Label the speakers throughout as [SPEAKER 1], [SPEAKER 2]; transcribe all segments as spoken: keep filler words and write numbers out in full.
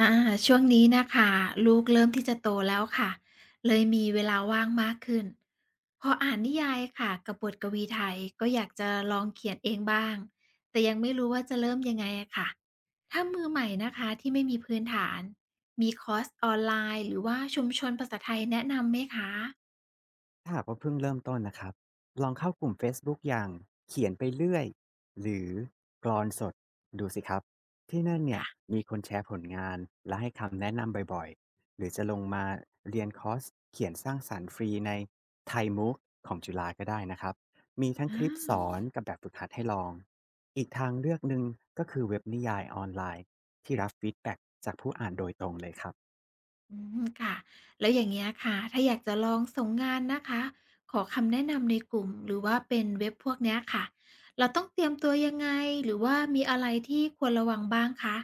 [SPEAKER 1] อาช่วงนี้นะคะลูกเริ่มที่จะโตแล้วค่ะเลยมีเวลาว่างมากขึ้นพออ่านนิยายค่ะกับบทกวีไทยก็อยากจะลองเขียนเองบ้างแต่ยังไม่รู้ว่าจะเริ่มยังไงอะค่ะถ้ามือใหม่นะคะที่ไม่มีพื้นฐานมีคอร์สออนไลน์หรือว่าชุมชนภาษาไทยแนะนำไหมคะ
[SPEAKER 2] ถ้าหากว่าเพิ่งเริ่มต้นนะครับลองเข้ากลุ่ม Facebook อย่างเขียนไปเรื่อยหรือกรอนสดดูสิครับที่นั่นเนี่ย
[SPEAKER 1] ค่ะ
[SPEAKER 2] มีคนแชร์ผลงานและให้คำแนะนำบ่อยๆหรือจะลงมาเรียนคอร์สเขียนสร้างสรรค์ฟรีในไทยมุกของจุฬาก็ได้นะครับมีทั้งค
[SPEAKER 1] อา
[SPEAKER 2] ลิปสอนกับแบบฝึกหัดให้ลองอีกทางเลือกหนึ่งก็คือเว็บนิยายออนไลน์ที่รับฟีดแบ็จากผู้อ่านโดยตรงเลยครับ
[SPEAKER 1] อืมค่ะ แล้วอย่างเงี้ยค่ะ ถ้าอยากจะลองส่งงานนะคะ ขอคำแนะนำในกลุ่มหรือว่าเป็นเว็บพวกเนี้ยค่ะ เราต้องเตรียมตัวยังไงหรือว่ามีอะไรที่ควรระวังบ้างคะ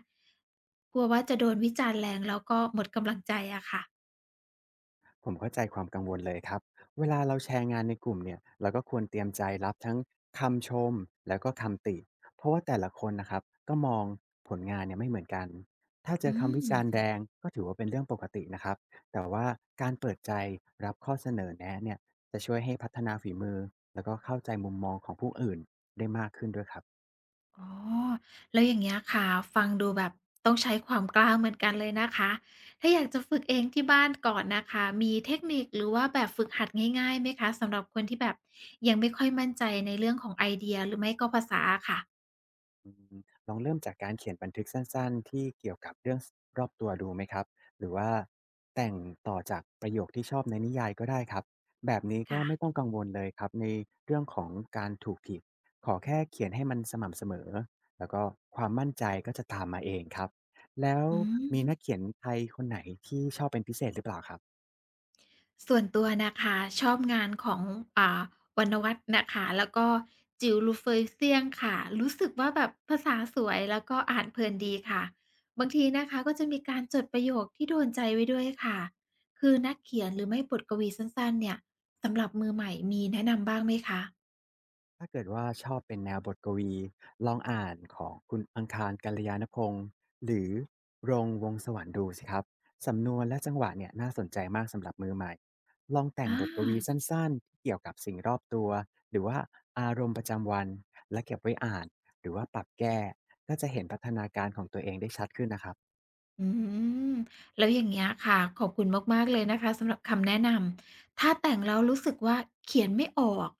[SPEAKER 1] กลัวว่าจะโดนวิจารณ์แรงแล้วก็หมดกำลังใจอะค่ะ
[SPEAKER 2] ผมเข้าใจความกังวลเลยครับเวลาเราแชร์งานในกลุ่มเนี่ยเราก็ควรเตรียมใจรับทั้งคำชมแล้วก็คำติเพราะว่าแต่ละคนนะครับก็มองผลงานเนี่ยไม่เหมือนกันถ้าเจ
[SPEAKER 1] อื
[SPEAKER 2] อคำวิ
[SPEAKER 1] ม
[SPEAKER 2] จารณ์แรงก็ถือว่าเป็นเรื่องปกตินะครับแต่ว่าการเปิดใจรับข้อเสนอแนะเนี่ยจะช่วยให้พัฒนาฝีมือแล้วก็เข้าใจมุมมองของผู้อื่นได้มากขึ้นด้วยครับ
[SPEAKER 1] อ๋อแล้วอย่างเงี้ยค่ะฟังดูแบบต้องใช้ความกล้าเหมือนกันเลยนะคะถ้าอยากจะฝึกเองที่บ้านก่อนนะคะมีเทคนิคหรือว่าแบบฝึกหัดง่ายๆไหมคะสำหรับคนที่แบบยังไม่ค่อยมั่นใจในเรื่องของไอเดียหรือไม่ก็ภาษาค่ะ
[SPEAKER 2] อืมลองเริ่มจากการเขียนบันทึกสั้นๆที่เกี่ยวกับเรื่องรอบตัวดูไหมครับหรือว่าแต่งต่อจากประโยคที่ชอบในนิยายก็ได้ครับแบบนี้ก็ไม่ต้
[SPEAKER 1] ค่ะ
[SPEAKER 2] องกังวลเลยครับในเรื่องของการถูกผิดขอแค่เขียนให้มันสม่ำเสมอแล้วก็ความมั่นใจก็จะตามมาเองครับแล้ว
[SPEAKER 1] อื
[SPEAKER 2] มี
[SPEAKER 1] ม
[SPEAKER 2] นักเขียนไทยคนไหนที่ชอบเป็นพิเศษหรือเปล่าครับ
[SPEAKER 1] ส่วนตัวนะคะชอบงานของอ่าวรรณวรรธนะคะแล้วก็จิว r เฟย e เซียงค่ะรู้สึกว่าแบบภาษาสวยแล้วก็อ่านเพลินดีค่ะบางทีนะคะก็จะมีการจดประโยคที่โดนใจไว้ด้วยค่ะคือนักเขียนหรือไม่บทกวีสั้นๆเนี่ยสำหรับมือใหม่มีแนะนำบ้างไหมคะ
[SPEAKER 2] ถ้าเกิดว่าชอบเป็นแนวบทกวีลองอ่านของคุณอังคารกัลยาณพงศ์หรือรงค์วงศ์สวรรค์ดูสิครับสำนวนและจังหวะเนี่ยน่าสนใจมากสำหรับมือใหม่ลองแต่ง
[SPEAKER 1] อา
[SPEAKER 2] บทกวีสั้นๆที่เกี่ยวกับสิ่งรอบตัวหรือว่าอารมณ์ประจำวันและเก็บไว้อ่านหรือว่าปรับแก้ก็จะเห็นพัฒนาการของตัวเองได้ชัดขึ้นนะครับ
[SPEAKER 1] อืมแล้วอย่างเงี้ยค่ะขอบคุณมากๆเลยนะคะสำหรับคำแนะนำถ้าแต่งแล้วรู้สึกว่าเขียนไม่ออก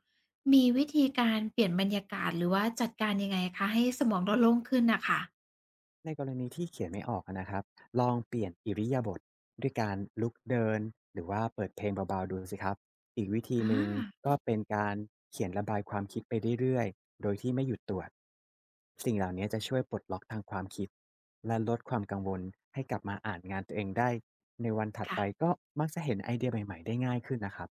[SPEAKER 1] มีวิธีการเปลี่ยนบรรยากาศหรือว่าจัดการยังไงคะให้สมองเราโล่งขึ้นน่ะค่ะ
[SPEAKER 2] ในกรณีที่เขียนไม่ออกอะนะครับลองเปลี่ยนอิริยาบถด้วยการลุกเดินหรือว่าเปิดเพลงเบาๆดูสิครับอีกวิธีห
[SPEAKER 1] อา
[SPEAKER 2] นึ่งก็เป็นการเขียนระบายความคิดไปเรื่อยๆโดยที่ไม่หยุดตรวจสิ่งเหล่านี้จะช่วยปลดล็อกทางความคิดและลดความกังวลให้กลับมาอ่านงานตัวเองได้ในวันถัดไป
[SPEAKER 1] ค่ะ
[SPEAKER 2] ก็มักจะเห็นไอเดียใหม่ๆได้ง่ายขึ้นนะครับ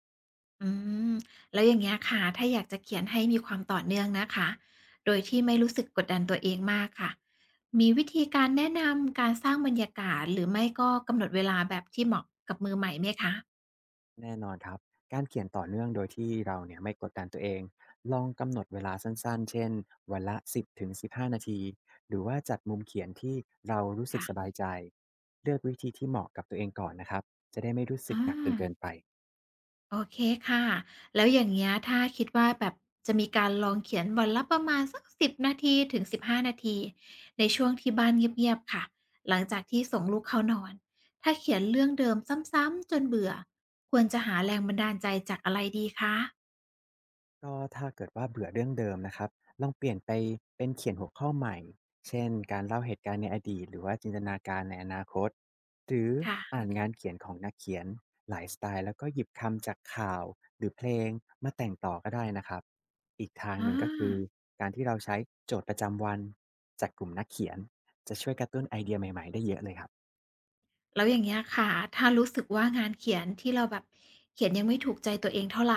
[SPEAKER 1] อืมแล้วอย่างเงี้ยค่ะถ้าอยากจะเขียนให้มีความต่อเนื่องนะคะโดยที่ไม่รู้สึกกดดันตัวเองมากค่ะมีวิธีการแนะนำการสร้างบรรยากาศหรือไม่ก็กำหนดเวลาแบบที่เหมาะกับมือใหม่ไหมคะ
[SPEAKER 2] แน่นอนครับการเขียนต่อเนื่องโดยที่เราเนี่ยไม่กดดันตัวเองลองกำหนดเวลาสั้นๆเช่นวันละสิบถึงสิบห้านาทีหรือว่าจัดมุมเขียนที่เรารู้สึกส
[SPEAKER 1] ค่ะ
[SPEAKER 2] บายใจเลือกวิธีที่เหมาะกับตัวเองก่อนนะครับจะได้ไม่รู้สึ
[SPEAKER 1] อา
[SPEAKER 2] กหนักจนเกินไป
[SPEAKER 1] โอเคค่ะแล้วอย่างเงี้ยถ้าคิดว่าแบบจะมีการลองเขียนวันละประมาณสักสิบนาทีถึงสิบห้านาทีในช่วงที่บ้านเงียบๆค่ะ หลังจากที่ส่งลูกเข้านอน ถ้าเขียนเรื่องเดิมซ้ำๆจนเบื่อ ควรจะหาแรงบันดาลใจจากอะไรดีคะ
[SPEAKER 2] ก็ถ้าเกิดว่าเบื่อเรื่องเดิมนะครับลองเปลี่ยนไปเป็นเขียนหัวข้อใหม่เช่นการเล่าเหตุการณ์ในอดีตหรือว่าจินตนาการในอนาคตหรือ
[SPEAKER 1] ค่ะ
[SPEAKER 2] อ่านงานเขียนของนักเขียนหลายสไตล์แล้วก็หยิบคำจากข่าวหรือเพลงมาแต่งต่อก็ได้นะครับอีกทางห
[SPEAKER 1] อา
[SPEAKER 2] นึ่งก็คือการที่เราใช้โจทย์ประจำวันจากกลุ่มนักเขียนจะช่วยกระตุ้นไอเดียใหม่ๆได้เยอะเลยครับ
[SPEAKER 1] แล้วอย่างเงี้ยค่ะ ถ้ารู้สึกว่างานเขียนที่เราแบบเขียนยังไม่ถูกใจตัวเองเท่าไร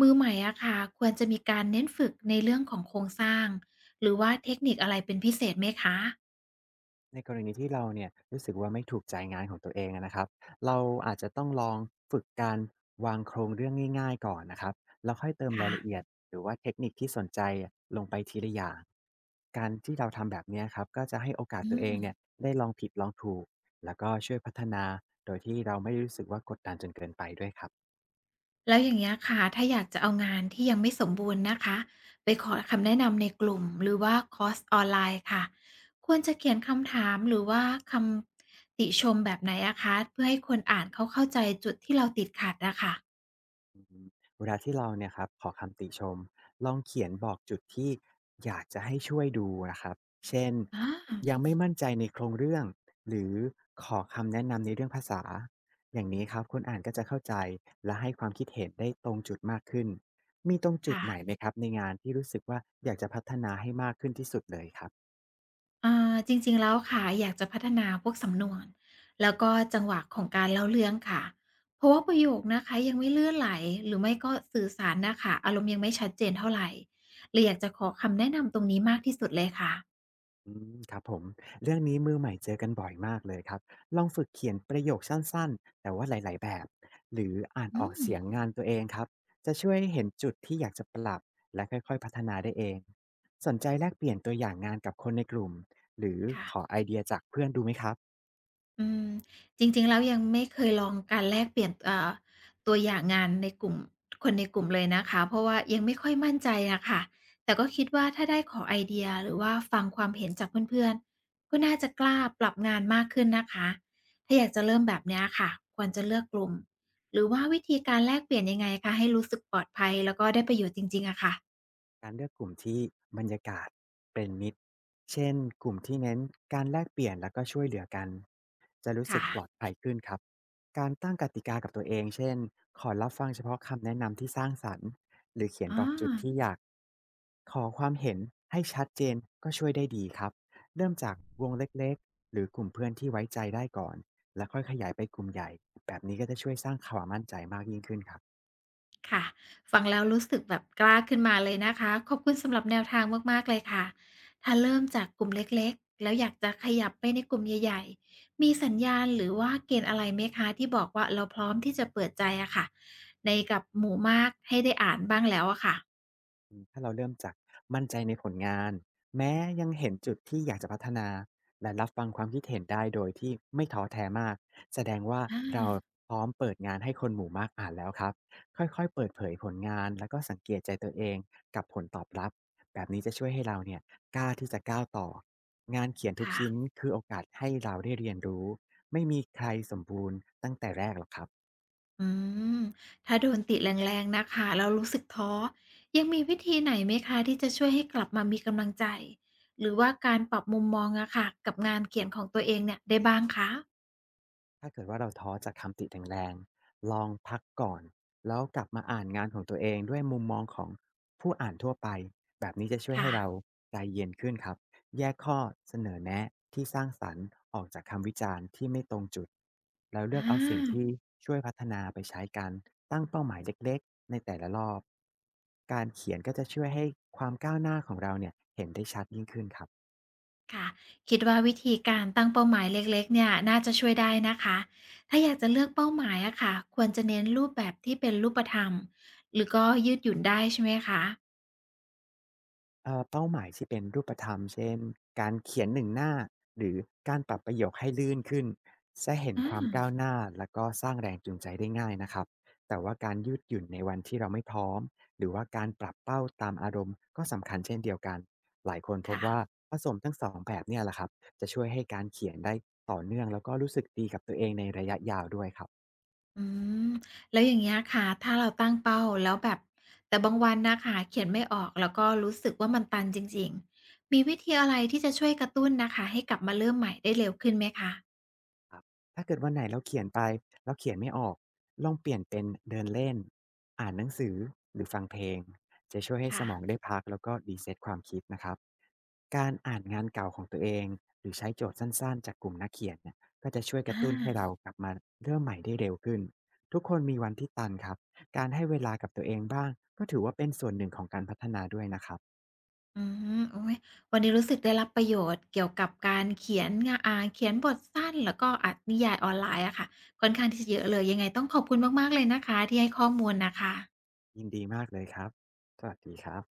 [SPEAKER 1] มือใหม่อะค่ะควรจะมีการเน้นฝึกในเรื่องของโครงสร้างหรือว่าเทคนิคอะไรเป็นพิเศษไหมคะ
[SPEAKER 2] ในกรณีที่เราเนี่ยรู้สึกว่าไม่ถูกใจงานของตัวเองอะนะครับเราอาจจะต้องลองฝึกการวางโครงเรื่องง่ายๆก่อนนะครับแล้วค่อยเติมรา
[SPEAKER 1] ค่ะ
[SPEAKER 2] ยละเอียดหรือว่าเทคนิคที่สนใจลงไปทีละอย่างการที่เราทำแบบเนี้ยครับก็จะให้โอกาส
[SPEAKER 1] อื
[SPEAKER 2] ตัวเอ
[SPEAKER 1] ม
[SPEAKER 2] งเนี่ยได้ลองผิดลองถูกแล้วก็ช่วยพัฒนาโดยที่เราไม่รู้สึกว่ากดดันจนเกินไปด้วยครับ
[SPEAKER 1] แล้วอย่างเงี้ยค่ะถ้าอยากจะเอางานที่ยังไม่สมบูรณ์นะคะไปขอคำแนะนำในกลุ่มหรือว่าคอร์สออนไลน์ค่ะควรจะเขียนคำถามหรือว่าคำติชมแบบไหนอะคะเพื่อให้คนอ่านเขาเข้าใจจุดที่เราติดขัดอะค่ะ
[SPEAKER 2] อืมเวลาที่เราเนี่ยครับขอคำติชมลองเขียนบอกจุดที่อยากจะให้ช่วยดูนะครับเช่น
[SPEAKER 1] อา
[SPEAKER 2] ยังไม่มั่นใจในโครงเรื่องหรือขอคำแนะนำในเรื่องภาษาอย่างนี้ครับคนอ่านก็จะเข้าใจและให้ความคิดเห็นได้ตรงจุดมากขึ้นมีตรงจุด
[SPEAKER 1] ค่ะ
[SPEAKER 2] ไหนไหมครับในงานที่รู้สึกว่าอยากจะพัฒนาให้มากขึ้นที่สุดเลยครับ
[SPEAKER 1] อ่าจริงๆแล้วค่ะอยากจะพัฒนาพวกสำนวนแล้วก็จังหวะของการเล่าเรื่องค่ะเพราะว่าประโยคนะคะยังไม่ลื่นไหลหรือไม่ก็สื่อสารน่ะค่ะอารมณ์ยังไม่ชัดเจนเท่าไรเลยอยากจะขอคำแนะนำตรงนี้มากที่สุดเลยค่ะ
[SPEAKER 2] อืมครับผมเรื่องนี้มือใหม่เจอกันบ่อยมากเลยครับลองฝึกเขียนประโยคสั้นๆแต่ว่าหลายๆแบบหรืออ่าน
[SPEAKER 1] อื
[SPEAKER 2] ออก
[SPEAKER 1] ม
[SPEAKER 2] เสียงงานตัวเองครับจะช่วยให้เห็นจุดที่อยากจะปรับและค่อยๆพัฒนาได้เองสนใจแลกเปลี่ยนตัวอย่างงานกับคนในกลุ่มหรือ
[SPEAKER 1] ค่ะ
[SPEAKER 2] ขอไอเดียจากเพื่อนดูไหมครับ
[SPEAKER 1] อืมจริงๆแล้วยังไม่เคยลองการแลกเปลี่ยนอ่าตัวอย่างงานในกลุ่มคนในกลุ่มเลยนะคะเพราะว่ายังไม่ค่อยมั่นใจอะค่ะแต่ก็คิดว่าถ้าได้ขอไอเดียหรือว่าฟังความเห็นจากเพื่อนๆก็น่าจะกล้าปรับงานมากขึ้นนะคะถ้าอยากจะเริ่มแบบเนี้ยค่ะควรจะเลือกกลุ่มหรือว่าวิธีการแลกเปลี่ยนยังไงคะให้รู้สึกปลอดภัยแล้วก็ได้ประโยชน์จริงๆอะค่ะ
[SPEAKER 2] การเลือกกลุ่มที่บรรยากาศเป็นมิตรเช่นกลุ่มที่เน้นการแลกเปลี่ยนแล้วก็ช่วยเหลือกันจะรู้สึ
[SPEAKER 1] ค่ะ
[SPEAKER 2] กปลอดภัยขึ้นครับการตั้งกติกากับตัวเองเช่นขอรับฟังเฉพาะคำแนะนำที่สร้างสรรค์หรือเขียนบ
[SPEAKER 1] อา
[SPEAKER 2] อกจุดที่อยากขอความเห็นให้ชัดเจนก็ช่วยได้ดีครับเริ่มจากวงเล็กๆหรือกลุ่มเพื่อนที่ไว้ใจได้ก่อนแล้วค่อยขยายไปกลุ่มใหญ่แบบนี้ก็จะช่วยสร้างความมั่นใจมากยิ่งขึ้นครับ
[SPEAKER 1] ค่ะฟังแล้วรู้สึกแบบกล้าขึ้นมาเลยนะคะขอบคุณสำหรับแนวทางมากๆเลยค่ะถ้าเริ่มจากกลุ่มเล็กๆแล้วอยากจะขยับไปในกลุ่มใหญ่ๆมีสัญญาณหรือว่าเกณฑ์อะไรไหมคะที่บอกว่าเราพร้อมที่จะเปิดใจอะค่ะในกับหมู่มากให้ได้อ่านบ้างแล้วอะค่ะ
[SPEAKER 2] อืมถ้าเราเริ่มจากมั่นใจในผลงานแม้ยังเห็นจุดที่อยากจะพัฒนาและรับฟังความคิดเห็นได้โดยที่ไม่ท้อแท้มากแสดงว่า
[SPEAKER 1] อา
[SPEAKER 2] เราพร้อมเปิดงานให้คนหมู่มากอ่านแล้วครับค่อยๆเปิดเผยผลงานแล้วก็สังเกตใจตัวเองกับผลตอบรับแบบนี้จะช่วยให้เราเนี่ยกล้าที่จะก้าวต่องานเขียนทุก
[SPEAKER 1] ค่ะ
[SPEAKER 2] ชิ้นคือโอกาสให้เราได้เรียนรู้ไม่มีใครสมบูรณ์ตั้งแต่แรกหรอกครับ
[SPEAKER 1] อืมถ้าโดนติแรงๆนะคะแล้วรู้สึกท้อยังมีวิธีไหนไหมคะที่จะช่วยให้กลับมามีกำลังใจหรือว่าการปรับมุมมองอะค่ะกับงานเขียนของตัวเองเนี่ยได้บ้างคะ
[SPEAKER 2] ถ้าเกิดว่าเราท้อจากคำติแรงๆลองพักก่อนแล้วกลับมาอ่านงานของตัวเองด้วยมุมมองของผู้อ่านทั่วไปแบบนี้จะช่วย
[SPEAKER 1] ค่ะ
[SPEAKER 2] ให้เราใจเย็นขึ้นครับแยกข้อเสนอแนะที่สร้างสรรค์ออกจากคำวิจารณ์ที่ไม่ตรงจุดแล้ว
[SPEAKER 1] อ
[SPEAKER 2] เลือกเอาสิ่งที่
[SPEAKER 1] า
[SPEAKER 2] ช่วยพัฒนาไปใช้กันตั้งเป้าหมายเล็กๆในแต่ละรอบการเขียนก็จะช่วยให้ความก้าวหน้าของเราเนี่ยเห็นได้ชัดยิ่งขึ้นครับ
[SPEAKER 1] ค่ะคิดว่าวิธีการตั้งเป้าหมายเล็กๆเนี่ยน่าจะช่วยได้นะคะถ้าอยากจะเลือกเป้าหมายอะค่ะควรจะเน้นรูปแบบที่เป็นรูปธรรมหรือก็ยืดหยุ่นได้ใช่ไหมคะ
[SPEAKER 2] เอ่อเป้าหมายที่เป็นรูปธรรมเช่นการเขียนหนึ่งหน้าหรือการปรับประโยคให้ลื่นขึ้นจะเห็น
[SPEAKER 1] อา
[SPEAKER 2] ความก้าวหน้าแล้วก็สร้างแรงจูงใจได้ง่ายนะครับแต่ว่าการยืดหยุ่นในวันที่เราไม่พร้อมหรือว่าการปรับเป้าตามอารมณ์ก็สำคัญเช่นเดียวกันหลายคนพบ
[SPEAKER 1] ค่ะ
[SPEAKER 2] ว่าผสมทั้งสองแบบเนี่ยแหละครับจะช่วยให้การเขียนได้ต่อเนื่องแล้วก็รู้สึกดีกับตัวเองในระยะยาวด้วยครับ
[SPEAKER 1] อืมแล้วอย่างเงี้ยค่ะถ้าเราตั้งเป้าแล้วแบบแต่บางวันนะค่ะเขียนไม่ออกแล้วก็รู้สึกว่ามันตันจริงๆมีวิธีอะไรที่จะช่วยกระตุ้นนะคะให้กลับมาเริ่มใหม่ได้เร็วขึ้นไหมคะ
[SPEAKER 2] ครับถ้าเกิดวันไหนเราเขียนไปแล้วเขียนไม่ออกลองเปลี่ยนเป็นเดินเล่นอ่านหนังสือหรือฟังเพลงจะช่วยให้ส
[SPEAKER 1] ค่ะ
[SPEAKER 2] มองได้พักแล้วก็รีเซ็ตความคิดนะครับการอ่านงานเก่าของตัวเองหรือใช้โจทย์สั้นๆจากกลุ่มนักเขียนเนี่ยก็จะช่วยกระ
[SPEAKER 1] อา
[SPEAKER 2] ตุ้นให้เรากลับมาเริ่มใหม่ได้เร็วขึ้นทุกคนมีวันที่ตันครับการให้เวลากับตัวเองบ้างก็ถือว่าเป็นส่วนหนึ่งของการพัฒนาด้วยนะครับ
[SPEAKER 1] อืมโอ๊ยวันนี้รู้สึกได้รับประโยชน์เกี่ยวกับการเขียนงอ่าเขียนบทสั้นแล้วก็อ่านนิยายออนไลน์อะค่ะค่อนข้างที่จะเยอะเลยยังไงต้องขอบคุณมากๆเลยนะคะที่ให้ข้อมูลน่ะค่ะ
[SPEAKER 2] ยินดีมากเลยครับสวัสดีครับ